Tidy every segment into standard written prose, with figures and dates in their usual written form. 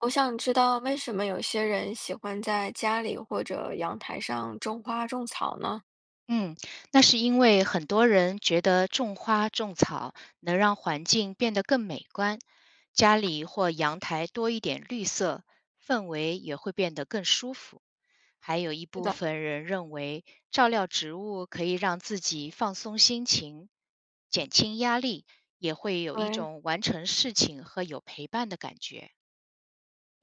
我想知道为什么有些人喜欢在家里或者阳台上种花种草呢？嗯，那是因为很多人觉得种花种草能让环境变得更美观，家里或阳台多一点绿色，氛围也会变得更舒服。还有一是部的，分人认为照料植物可以让自己放松心情，减轻压力，也会有一对是种完成事情和有陪伴的感觉。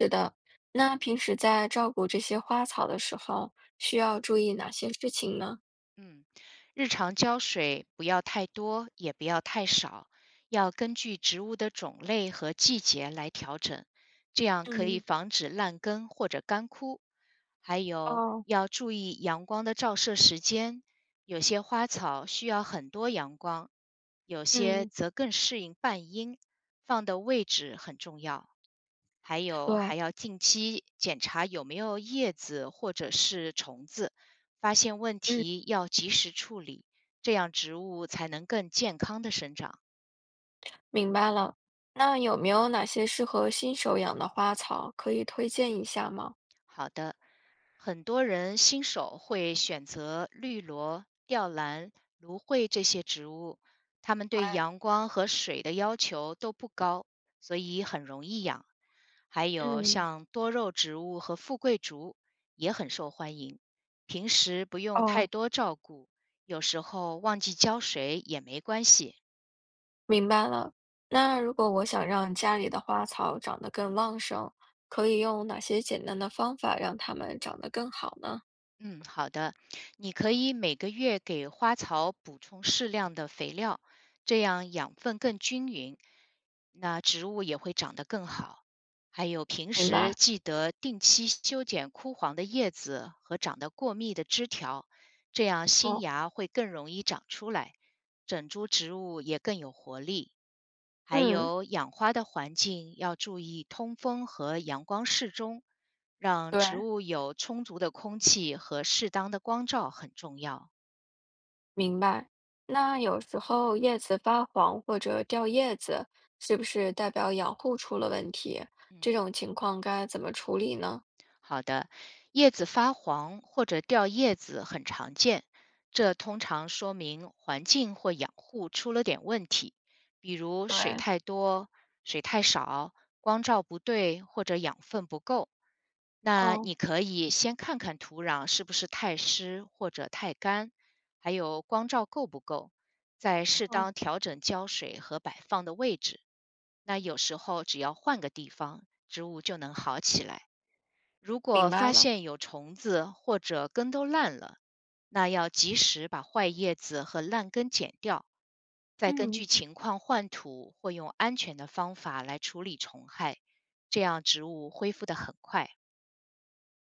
的，那平时在照顾这些花草的时候，需要注意哪些事情呢？嗯，日常浇水不要太多，也不要太少，要根据植物的种类和季节来调整，这样可以嗯，防止烂根或者干枯。还有哦，要注意阳光的照射时间，有些花草需要很多阳光，有些嗯，则更适应半阴，放的位置很重要。还有还对，要定期检查有没有叶子或者是虫子，发现问嗯，题要及时处理，这样植物才能更健康的生长。明白了。那有没有哪些适合新手养的花草可以推荐一下吗？好的，很多人新手会选择绿萝、吊兰、芦荟这些植物，它们对，对阳光和水的要求都不高，所以很容易养。还有嗯，像多肉植物和富贵竹也很受欢迎。平时不用太哦。多照顾，有时候忘记浇水也没关系。明白了。那如果我想让家里的花草长得更旺盛，可以用哪些简单的方法让它们长得更好呢？嗯，好的，你可以每个月给花草补充适量的肥料，这样养分更均匀，那植物也会长得更好。还有平明时白。记得定期修剪枯黄的叶子和长得过密的枝条，这样新哦，芽会更容易长出来，整株植物也更有活力。还嗯，有养花的环境要注意通风和阳光适中，让植对，物有充足的空气和适当的光照很重要。明白。那有时候叶子发黄或者掉叶子，是不是代表养护出了问题？嗯。这种情况该怎么处理呢？好的，叶子发黄或者掉叶子很常见，这通常说明环境或养护出了点问题，比如水对，太多、水太少、光照不对或者养分不够。那哦，你可以先看看土壤是不是太湿或者太干，还有光照够不够，再适哦，当调整浇水和摆放的位置。那有时候只要换个地方，植物就能好起来。如果明白发了。现有虫子或者根都烂了，那要及时把坏叶子和烂根剪掉，再根据嗯，情况换土或用安全的方法来处理虫害，这样植物恢复得很快。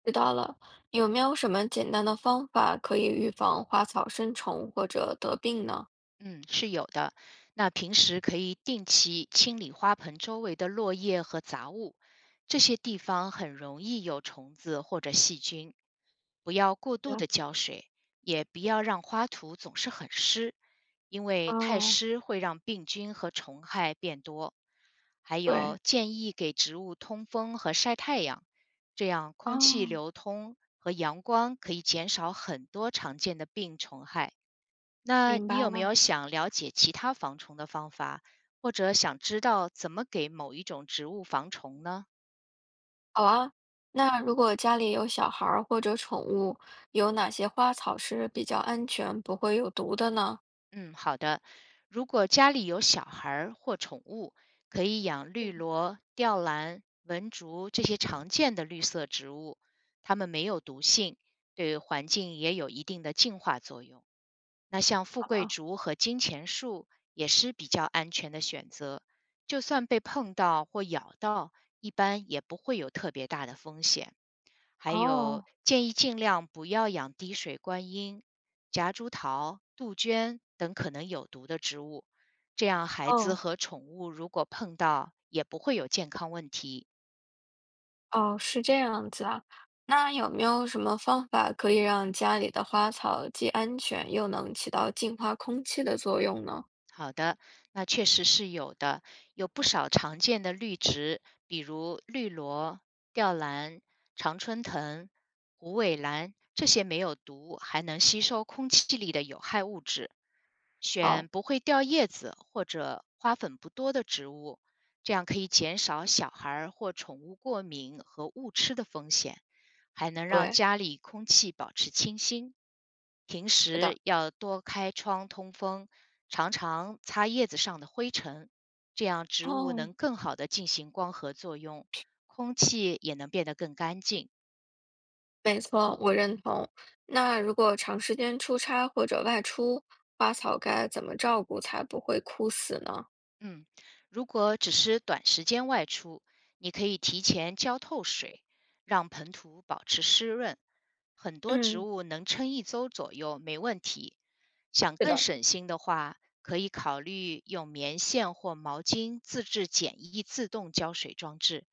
知道了。有没有什么简单的方法可以预防花草生虫或者得病呢？嗯，是有的。那平时可以定期清理花盆周围的落叶和杂物，这些地方很容易有虫子或者细菌。不要过度的浇水，也不要让花土总是很湿，因为太哦，湿会让病菌和虫害变多。还有，对，建议给植物通风和晒太阳，这样空气哦，流通和阳光可以减少很多常见的病虫害。那明你有白没了。有想了解其他防虫的方法，或者想知道怎么给某一种植物防虫呢？好啊，那如果家里有小孩儿或者宠物，有哪些花草是比较安全，不会有毒的呢？嗯，好的。如果家里有小孩儿或宠物，可以养嗯。绿萝、吊兰、文竹这些常见的绿色植物，它们没有毒性，对环境也有一定的净化作用。那像富好贵的，竹和金钱树也是比较安全的选择，就算被碰到或咬到，一般也不会有特别大的风险。还有，哦，建议尽量不要养滴水观音、夹竹桃、杜鹃等可能有毒的植物，这样孩子哦，和宠物如果碰到，也不会有健康问题。哦，是这样子啊。那有没有什么方法可以让家里的花草既安全又能起到净化空气的作用呢？好的，那确实是有的，有不少常见的绿植，比如绿萝、吊兰、常春藤、虎尾兰，这些没有毒，还能吸收空气里的有害物质。选好，不会掉叶子或者花粉不多的植物，这样可以减少小孩儿或宠物过敏和误吃的风险，还能让对，家里空气保持清新。平是的，时要多开窗通风，常常擦叶子上的灰尘，这样植物哦。能更好的进行光合作用，空气也能变得更干净。没错，我认同。那如果长时间出差或者外出，花草该怎么照顾才不会枯死呢？嗯，如果只是短时间外出，你可以提前浇透水，让盆土保持湿润。很多植嗯，物能撑一周左右，没问题。想是更的，省心的话，可以考虑用棉线或毛巾自制简易自动浇水装置，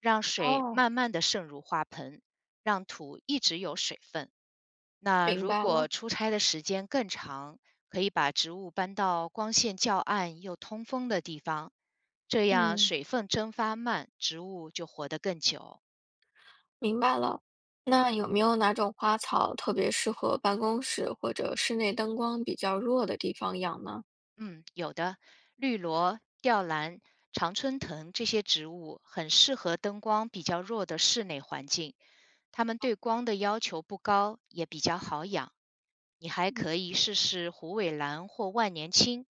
让水哦，慢慢的渗入花盆，让土一直有水分。那明如白果了，出差的时间更长，可以把植物搬到光线较暗又通风的地方，这样嗯水分蒸发慢，植物就活得更久。明白了。那有没有哪种花草特别适合办公室或者室内灯光比较弱的地方养呢？嗯，有的，绿萝、吊兰、常春藤这些植物很适合灯光比较弱的室内环境，它们对光的要求不高，也比较好养。你还嗯。可以试试虎尾兰或万年青，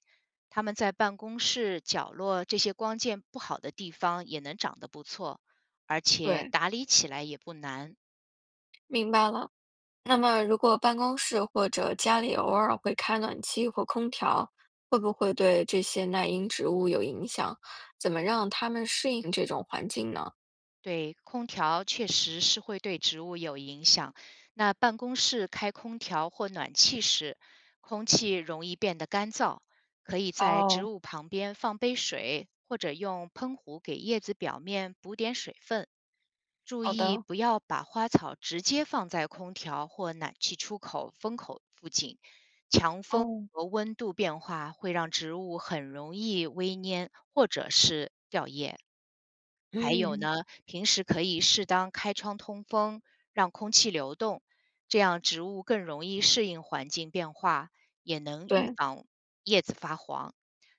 它们在办公室角落这些光线不好的地方也能长得不错，而且对，打理起来也不难。明白了。那么，如果办公室或者家里偶尔会开暖气或空调，会不会对这些耐阴植物有影响？怎么让它们适应这种环境呢？对，空调确实是会对植物有影响。那办公室开空调或暖气时，空气容易变得干燥，可以在植哦，物旁边放杯水，或者用喷壶给叶子表面补点水分。注好意的，不要把花草直接放在空调或暖气出口风口附近，强风哦，和温度变化会让植物很容易微蔫或者是掉叶。还有嗯，平时可以适当开窗通风，让空气流动，这样植物更容易适应环境变化，也能预对，防叶子发黄。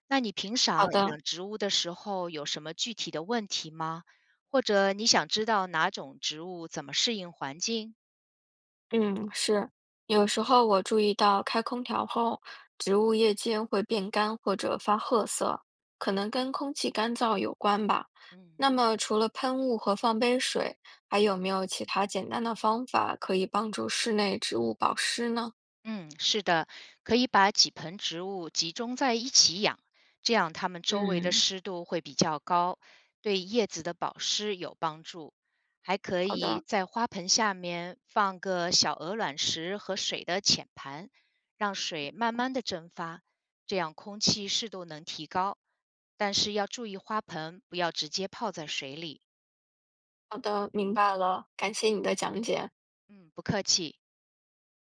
那你平好常的。养植物的时候有什么具体的问题吗？或者你想知道哪种植物怎么适应环境？嗯，是。有时候我注意到开空调后，植物叶间会变干或者发褐色，可能跟空气干燥有关吧。嗯。那么，除了喷雾和放杯水，还有没有其他简单的方法可以帮助室内植物保湿呢？嗯，是的，可以把几盆植物集中在一起养，这样它们周围的嗯，湿度会比较高，对叶子的保湿有帮助。还可好以的，在花盆下面放个小鹅卵石和水的浅盘，让水慢慢的蒸发，这样空气湿度能提高。但是要注意花盆不要直接泡在水里。好的，明白了，感谢你的讲解。嗯，不客气。